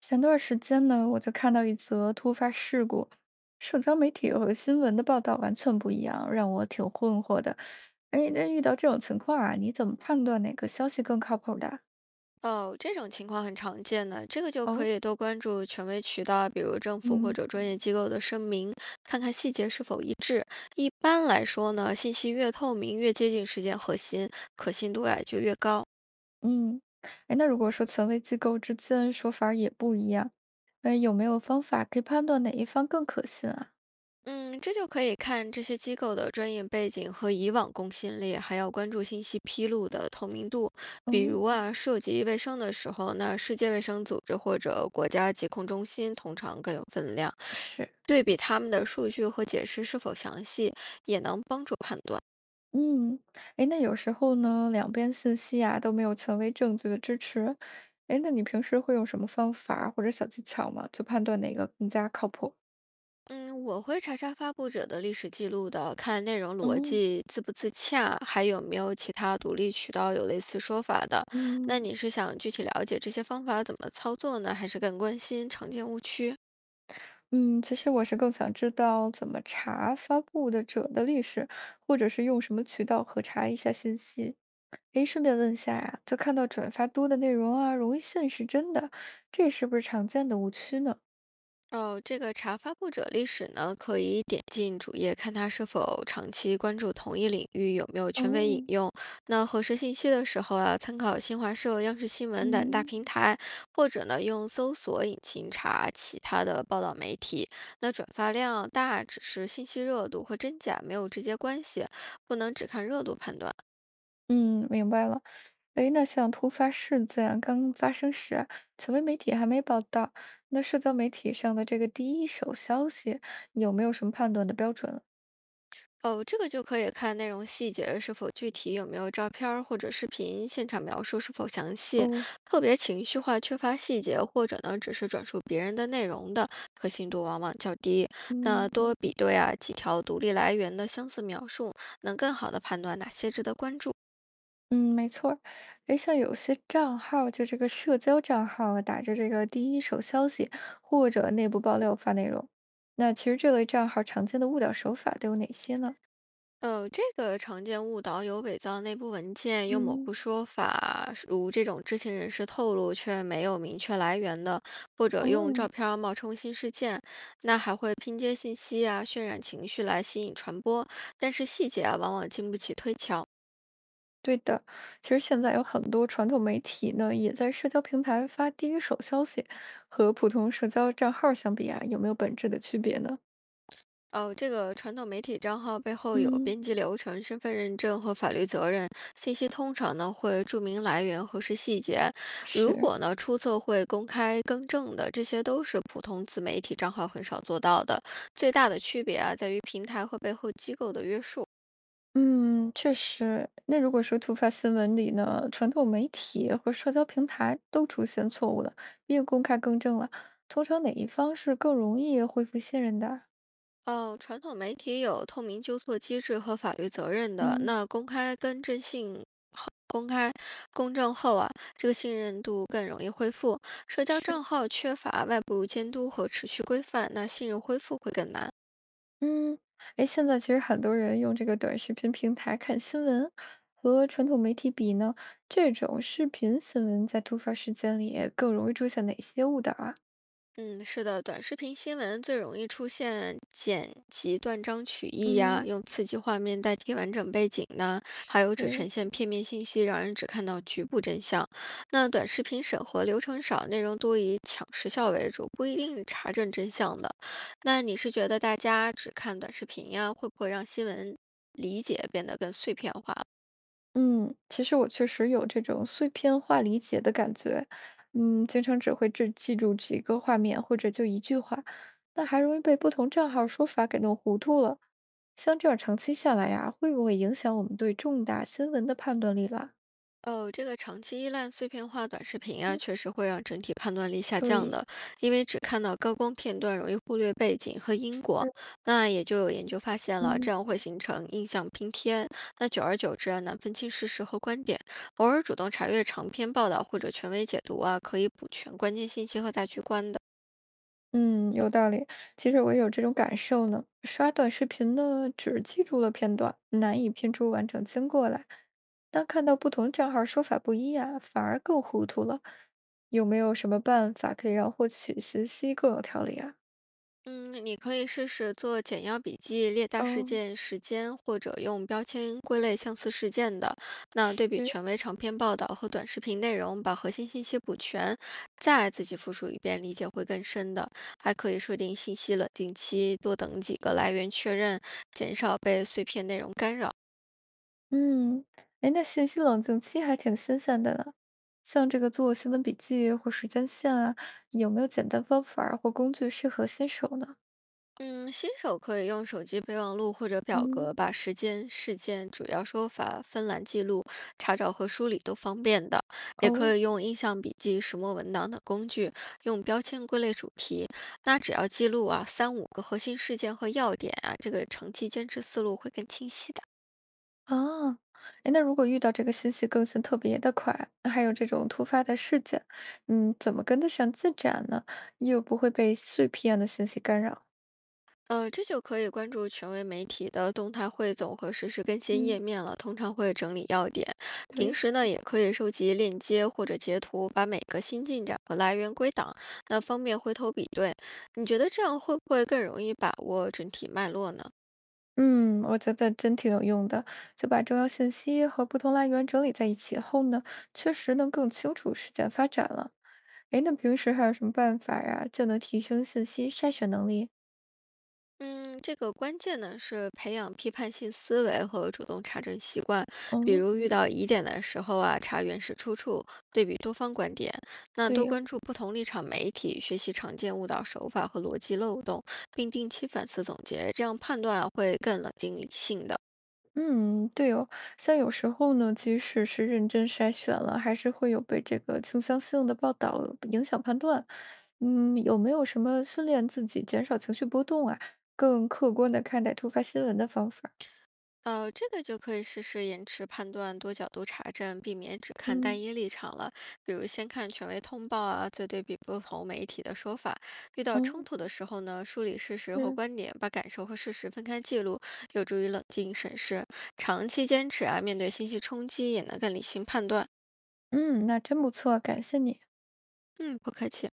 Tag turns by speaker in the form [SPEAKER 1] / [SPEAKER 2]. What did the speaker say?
[SPEAKER 1] 前段时间呢，我就看到一则突发事故，社交媒体和新闻的报道完全不一样，让我挺困惑的。哎，那遇到这种情况啊，你怎么判断哪个消息更靠谱的？
[SPEAKER 2] 哦，这种情况很常见的，这个就可
[SPEAKER 1] 哦，
[SPEAKER 2] 以多关注权威渠道，比如政府或
[SPEAKER 1] 嗯，
[SPEAKER 2] 者专业机构的声明，看看细节是否一致。一般来说呢，信息越透明，越接近事件核心，可信度呀就越高。
[SPEAKER 1] 嗯，哎，那如果说权威机构之间说法儿也不一样，哎，有没有方法可以判断哪一方更可信啊？
[SPEAKER 2] 嗯，这就可以看这些机构的专业背景和以往公信力，还要关注信息披露的透明度。比
[SPEAKER 1] 哦，
[SPEAKER 2] 如啊，涉及卫生的时候，那世界卫生组织或者国家疾控中心通常更有分量。
[SPEAKER 1] 是。
[SPEAKER 2] 对比他们的数据和解释是否详细，也能帮助判断。
[SPEAKER 1] 嗯，哎，那有时候呢，两边信息啊都没有权威证据的支持，哎，那你平时会用什么方法儿或者小技巧吗？就判断哪个更加靠谱？
[SPEAKER 2] 嗯，我会查查发布者的历史记录的，看内容逻
[SPEAKER 1] 哦，
[SPEAKER 2] 辑自不自洽，还有没有其他独立渠道有类似说法的。
[SPEAKER 1] 嗯
[SPEAKER 2] 那你是想具体了解这些方法怎么操作呢，还是更关心常见误区？
[SPEAKER 1] 嗯，其实我是更想知道怎么查发布的者的历史，或者是用什么渠道核查一下信息。哎，顺便问一下呀，就看到转发多的内容啊，容易信是真的，这是不是常见的误区呢？
[SPEAKER 2] 哦，这个查发布者历史呢，可以点进主页看他是否长期关注同一领域，有没有权威引
[SPEAKER 1] 哦，
[SPEAKER 2] 用。那核实信息的时候啊，参考新华社、央视新闻等大
[SPEAKER 1] 嗯。
[SPEAKER 2] 平台，或者呢用搜索引擎查其他的报道媒体。那转发量大只是信息热度和真假没有直接关系，不能只看热度判断。
[SPEAKER 1] 嗯，明白了。诶，那像突发事件刚发生时啊，权威媒体还没报道，那社交媒体上的这个第一手消息，有没有什么判断的标准？
[SPEAKER 2] 哦，这个就可以看内容细节是否具体，有没有照片儿或者视频，现场描述是否详细，
[SPEAKER 1] 哦，
[SPEAKER 2] 特别情绪化、缺乏细节，或者呢只是转述别人的内容的，可信度往往较低。那
[SPEAKER 1] 嗯，
[SPEAKER 2] 多比对啊几条独立来源的相似描述，能更好的判断哪些值得关注。
[SPEAKER 1] 嗯，没错儿。诶，像有些账号，就这个社交账号啊，打着这个第一手消息或者内部爆料发内容，那其实这类账号常见的误导手法都有哪些呢？
[SPEAKER 2] 这个常见误导有伪造内部文件、用模
[SPEAKER 1] 嗯，
[SPEAKER 2] 糊说法，如这种知情人士透露却没有明确来源的，或者用
[SPEAKER 1] 哦，
[SPEAKER 2] 照片儿冒充新事件，那还会拼接信息啊，渲染情绪来吸引传播，但是细节啊，往往经不起推敲。
[SPEAKER 1] 对的，其实现在有很多传统媒体呢，也在社交平台发第一手消息，和普通社交账号相比啊，有没有本质的区别呢？
[SPEAKER 2] 哦，这个传统媒体账号背后有
[SPEAKER 1] 嗯，
[SPEAKER 2] 编辑流程、身份认证和法律责任。信息通常呢会注明来源核实细节。如
[SPEAKER 1] 是，
[SPEAKER 2] 果呢出测会公开更正的，这些都是普通自媒体账号很少做到的。最大的区别啊在于平台和背后机构的约束。
[SPEAKER 1] 嗯，确实。那如果说突发新闻里呢，传统媒体和社交平台都出现错误了，没有公开更正了，通常哪一方是更容易恢复信任的？
[SPEAKER 2] 哦，传统媒体有透明纠错机制和法律责任的，
[SPEAKER 1] 嗯。
[SPEAKER 2] 那公开更正性公开、公正后啊，这个信任度更容易恢复。社交
[SPEAKER 1] 是。
[SPEAKER 2] 账号缺乏外部监督和持续规范，那信任恢复会更难。
[SPEAKER 1] 嗯，哎，现在其实很多人用这个短视频平台看新闻，和传统媒体比呢，这种视频新闻在突发事件里更容易出现哪些误导啊？
[SPEAKER 2] 嗯，是的，短视频新闻最容易出现剪辑断章取义呀，
[SPEAKER 1] 嗯，
[SPEAKER 2] 用刺激画面代替完整背景呢，还有只
[SPEAKER 1] 对，
[SPEAKER 2] 呈现片面信息，让人只看到局部真相。那短视频审核流程少，内容多以抢时效为主，不一定查证真相的。那你是觉得大家只看短视频呀，会不会让新闻理解变得更碎片化？
[SPEAKER 1] 嗯，其实我确实有这种碎片化理解的感觉，嗯，经常只会只记住几个画面或者就一句话，那还容易被不同账号说法给弄糊涂了。像这样长期下来呀，会不会影响我们对重大新闻的判断力啦？
[SPEAKER 2] 哦，这个长期依赖碎片化短视频啊，
[SPEAKER 1] 嗯，
[SPEAKER 2] 确实会让整体判断力下降
[SPEAKER 1] 对，
[SPEAKER 2] 的，因为只看到高光片段，容易忽略背景和因果。那也就有研究发现了，这
[SPEAKER 1] 嗯
[SPEAKER 2] 样会形成印象拼贴，那久而久之啊，难分清事实和观点。偶尔主动查阅长篇报道或者权威解读啊，可以补全关键信息和大局观的。
[SPEAKER 1] 嗯，有道理。其实我也有这种感受呢。刷短视频呢，只记住了片段，难以拼出完整经过来。当看到不同账号说法不一啊，反而更糊涂了。有没有什么办法可以让获取信息更有条理啊？
[SPEAKER 2] 嗯，你可以试试做简要笔记，列大事
[SPEAKER 1] 哦，
[SPEAKER 2] 件、时间，或者用标签归类相似事件的。那对比
[SPEAKER 1] 是，
[SPEAKER 2] 权威长篇报道和短视频内容，把核心信息补全，再自己复述一遍，理解会更深的。还可以设定信息冷静期，多等几个来源确认，减少被碎片内容干扰。
[SPEAKER 1] 嗯，哎，那信息冷静期还挺新鲜的呢。像这个做新闻笔记或时间线啊，有没有简单方法儿或工具适合新手呢？
[SPEAKER 2] 嗯，新手可以用手机备忘录或者表
[SPEAKER 1] 嗯。
[SPEAKER 2] 格把时间、事件、主要说法分栏记录，查找和梳理都方便的。也
[SPEAKER 1] 哦。
[SPEAKER 2] 可以用印象笔记、石墨文档等工具，用标签归类主题。那只要记录啊3-5个核心事件和要点啊，这个长期坚持思路会更清晰的。
[SPEAKER 1] 啊，哎，那如果遇到这个信息更新特别的快，还有这种突发的事件，嗯，怎么跟得上进展呢？又不会被碎片的信息干扰？
[SPEAKER 2] 这就可以关注权威媒体的动态汇总和实时更新页
[SPEAKER 1] 嗯，
[SPEAKER 2] 面了，通常会整理要点。平
[SPEAKER 1] 对，
[SPEAKER 2] 时呢，也可以收集链接或者截图，把每个新进展和来源归档，那方便回头比对。你觉得这样会不会更容易把握整体脉络呢？
[SPEAKER 1] 嗯，我觉得真挺有用的，就把重要信息和不同来源整理在一起后呢，确实能更清楚事件发展了。哎，那平时还有什么办法呀，就能提升信息筛选能力？
[SPEAKER 2] 嗯，这个关键呢是培养批判性思维和主动查证习惯。比
[SPEAKER 1] 哦，
[SPEAKER 2] 如遇到疑点的时候啊，查原始出处，对比多方观点。那
[SPEAKER 1] 对
[SPEAKER 2] 多
[SPEAKER 1] 哟。
[SPEAKER 2] 关注不同立场媒体，学习常见误导手法和逻辑漏洞，并定期反思总结，这样判断啊会更冷静理性的。
[SPEAKER 1] 嗯，对哦，像有时候呢，即使是认真筛选了，还是会有被这个倾向性的报道影响判断。嗯，有没有什么训练自己减少情绪波动啊，更客观的看待突发新闻的方法？
[SPEAKER 2] 这个就可以试试延迟判断、多角度查证，避免只看单
[SPEAKER 1] 嗯。
[SPEAKER 2] 一立场了。比如先看权威通报啊，再对比不同媒体的说法。遇
[SPEAKER 1] 嗯，
[SPEAKER 2] 到冲
[SPEAKER 1] 哦，
[SPEAKER 2] 突的时候呢，梳理事实和
[SPEAKER 1] 是。
[SPEAKER 2] 观点，把感受和事实分开记录，有助于冷静审视。长期坚持啊，面对信息冲击也能更理性判断。
[SPEAKER 1] 嗯，那真不错，感谢你。
[SPEAKER 2] 嗯，不客气。